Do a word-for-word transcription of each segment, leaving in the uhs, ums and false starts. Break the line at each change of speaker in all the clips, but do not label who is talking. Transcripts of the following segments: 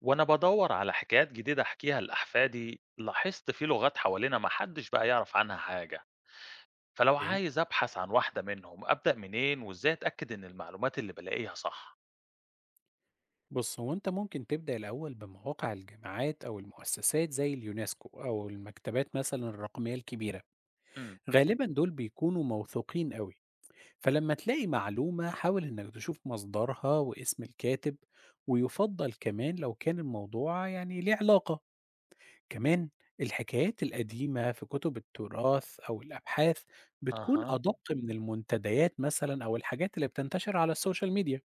وأنا بدور على حكايات جديدة أحكيها لأحفادي لاحظت في لغات حوالينا محدش بقى يعرف عنها حاجة. فلو
ايه.
عايز أبحث عن واحدة منهم أبدأ منين وإزاي أتأكد إن المعلومات اللي بلاقيها صح؟
بص، هو انت ممكن تبدأ الأول بمواقع الجامعات أو المؤسسات زي اليونسكو أو المكتبات مثلا الرقمية الكبيرة.
امم.
غالبا دول بيكونوا موثوقين قوي، فلما تلاقي معلومة حاول إنك تشوف مصدرها واسم الكاتب، ويفضل كمان لو كان الموضوع يعني ليه علاقة. كمان الحكايات القديمة في كتب التراث أو الأبحاث بتكون
أها.
أدق من المنتديات مثلا أو الحاجات اللي بتنتشر على السوشيال ميديا.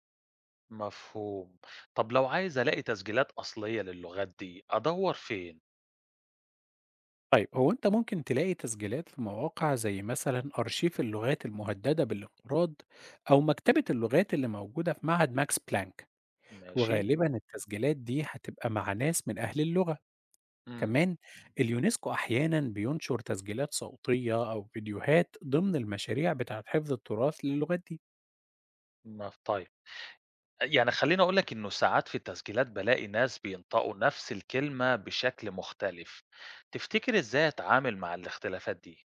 مفهوم. طب لو عايز ألاقي تسجيلات أصلية للغات دي أدور فين؟
طيب، هو أنت ممكن تلاقي تسجيلات في مواقع زي مثلا أرشيف اللغات المهددة بالانقراض، أو مكتبة اللغات اللي موجودة في معهد ماكس بلانك.
ماشي.
وغالبا التسجيلات دي هتبقى مع ناس من أهل اللغة.
امم.
كمان اليونسكو أحيانا بينشر تسجيلات صوتية أو فيديوهات ضمن المشاريع بتاعة حفظ التراث للغات دي.
مف- طيب، يعني خليني أقولك إنه ساعات في التسجيلات بلاقي ناس بينطقوا نفس الكلمة بشكل مختلف. تفتكر إزاي أتعامل مع الاختلافات دي؟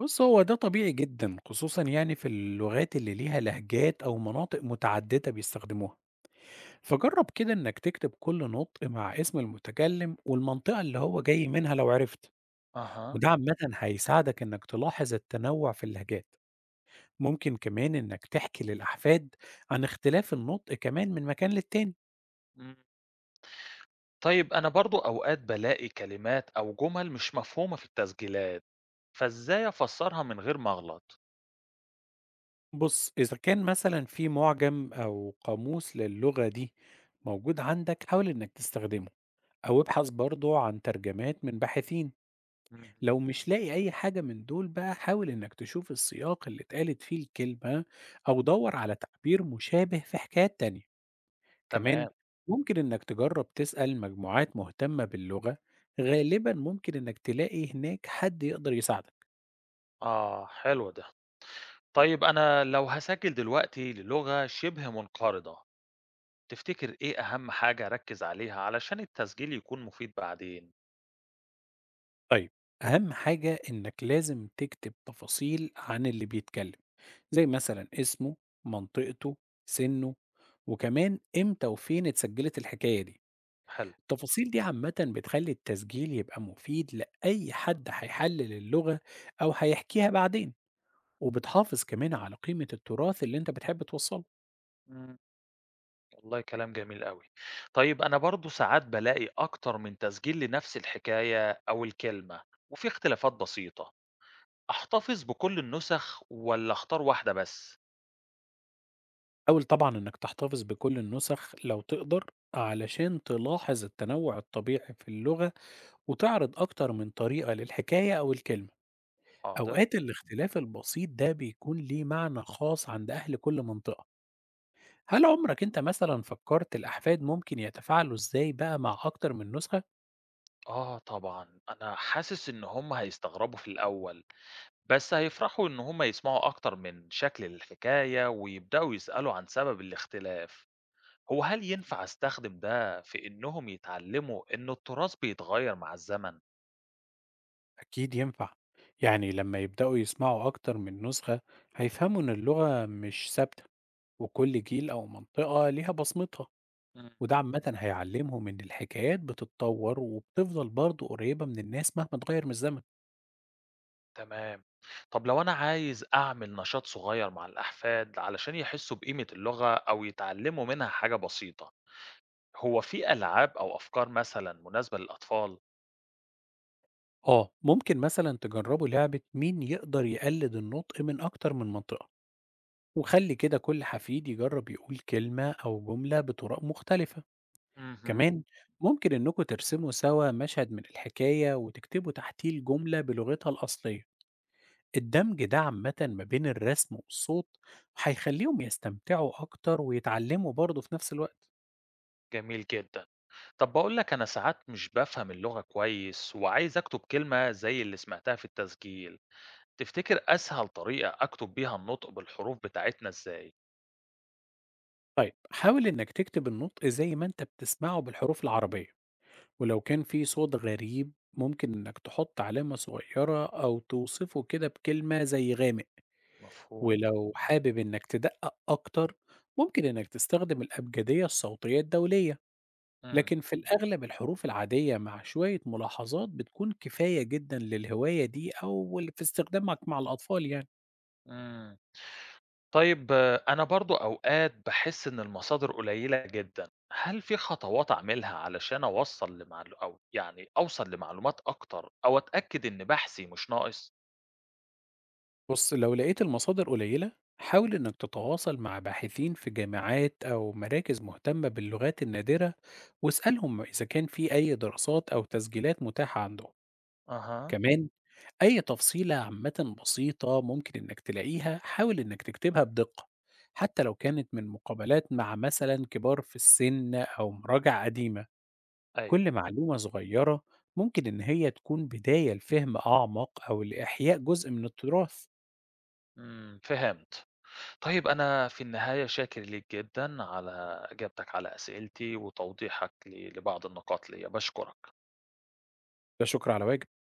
بص، هو ده طبيعي جدا، خصوصا يعني في اللغات اللي ليها لهجات أو مناطق متعددة بيستخدموها. فجرب كده إنك تكتب كل نطق مع اسم المتكلم والمنطقة اللي هو جاي منها لو عرفت.
أها.
وده عامة هيساعدك إنك تلاحظ التنوع في اللهجات. ممكن كمان إنك تحكي للأحفاد عن اختلاف النطق كمان من مكان للتاني.
إمم. طيب، أنا برضه أوقات بالاقي كلمات أو جُمل مش مفهومة في التسجيلات، فإزاي أفسّرها من غير ما أغلط؟
بص، إذا كان مثلا في معجم أو قاموس للغة دي موجود عندك، حاول إنك تستخدمه، أو ابحث برضه عن ترجمات من باحثين.
إمم.
لو مش لاقي أي حاجة من دول بقى، حاول إنك تشوف السياق اللي اتقالت فيه الكلمة، أو دور على تعبير مشابه في حكايات تانية. كمان
تمام.
ممكن إنك تجرب تسأل مجموعات مهتمة باللغة، غالبا ممكن إنك تلاقي هناك حد يقدر يساعدك.
آه، حلو ده. طيب، أنا لو هاسجّل دلوقتي للغة شِبه منقرضة، تفتكر إيه أهم حاجة أركّز عليها علشان التسجيل يكون مفيد بعدين؟
طيب، أهم حاجة إنك لازم تكتب تفاصيل عن اللي بيتكلم، زي مثلا اسمه، منطقته، سنه، وكمان إمتى وفين اتسجلت الحكاية دي.
حلو.
التفاصيل دي عامة بتخلي التسجيل يبقى مفيد لأي حد هيحلل اللغة أو هيحكيها بعدين، وبتحافظ كمان على قيمة التراث اللي أنت بتحب توصله.
إمم، والله كلام جميل أوي. طيب، أنا برضه ساعات بالاقي أكتر من تسجيل لنفس الحكاية أو الكلمة، وفي اختلافات بسيطة. أحتفظ بكل النُسَخ والّا أختار واحدة بس؟
حاول طبعا إنك تحتفظ بكل النسخ لو تقدر، علشان تلاحظ التنوع الطبيعي في اللغة، وتعرض أكتر من طريقة للحكاية أو الكلمة.
أقدر.
أوقات الاختلاف البسيط ده بيكون ليه معنى خاص عند أهل كل منطقة. هل عمرك أنت مثلا فكرت الأحفاد ممكن يتفاعلوا إزاي بقى مع أكتر من نسخة؟
آه طبعًا، أنا حاسس إن هم هيستغربوا في الأول، بس هيفرحوا إن هم يسمعوا أكتر من شكل للحكاية ويبدأوا يسألوا عن سبب الاختلاف. هو هل ينفع أستخدم ده في إنهم يتعلموا إن التراث بيتغيّر مع الزمن؟
أكيد ينفع. يعني لما يبدأوا يسمعوا أكتر من نسخة، هيفهموا إن اللغة مش ثابتة، وكل جيل أو منطقة ليها بصمتها.
إمم،
وده عامة هيعلمهم إن الحكايات بتتطور وبتفضل برضه قريبة من الناس مهما اتغير من الزمن.
تمام. طب لو أنا عايز أعمل نشاط صغير مع الأحفاد علشان يحسّوا بقيمة اللغة أو يتعلموا منها حاجة بسيطة، هو في ألعاب أو أفكار مثلًا مناسبة للأطفال؟
آه، ممكن مثلا تجربوا لعبة مين يقدر يقلد النطق من أكتر من منطقة، وخلي كده كل حفيد يجرب يقول كلمة أو جملة بطرق مختلفة.
اهم.
كمان ممكن إنكم ترسموا سوا مشهد من الحكاية وتكتبوا تحتيه الجملة بلغتها الأصلية. الدمج ده عامة ما بين الرسم والصوت هيخليهم يستمتعوا أكتر ويتعلموا برضه في نفس الوقت.
جميل جدًا. طب باقول لك أنا ساعات مش بافهم اللغة كويس وعايز أكتب كلمة زي اللي سمعتها في التسجيل، تفتكر أسهل طريقة أكتب بيها النطق بالحروف بتاعتنا إزاي؟
طيب، حاول إنك تكتب النطق زي ما أنت بتسمعه بالحروف العربية، ولو كان في صوت غريب ممكن إنك تحط علامة صغيرة أو توصفه كده بكلمة زي غامق.
مفهوم.
ولو حابب إنك تدقق أكتر، ممكن إنك تستخدم الأبجدية الصوتية الدولية.
إمم،
لكن في الأغلب الحروف العادية مع شوية ملاحظات بتكون كفاية جدًا للهواية دي أو ال في استخدامك مع الأطفال يعني.
إمم. طيب آه، أنا برضه أوقات باحس إن المصادر قليلة جدًا، هل في خطوات أعملها علشان أوصّل لمعلو أو يعني أوصل لمعلومات أكتر أو أتأكد إن بحثي مش ناقص؟
بُص، لو لقيت المصادر قليلة، حاول إنك تتواصل مع باحثين في جامعات أو مراكز مهتمة باللغات النادرة، واسألهم إذا كان في أي دراسات أو تسجيلات متاحة عندهم.
أها.
كمان أي تفصيلة عامةً بسيطة ممكن إنك تلاقيها، حاول إنك تكتبها بدقة، حتى لو كانت من مقابلات مع مثلًا كبار في السن أو مراجع قديمة.
أيوه،
كل معلومة صغيرة ممكن إن هي تكون بداية لفهم أعمق أو لإحياء جزء من التراث.
إمم، فهمت. طيب أنا في النهاية شاكر ليك جدًا على إجابتك على أسئلتي وتوضيحك ل لبعض النقاط ليّا، باشكرك.
لا شكر على واجب.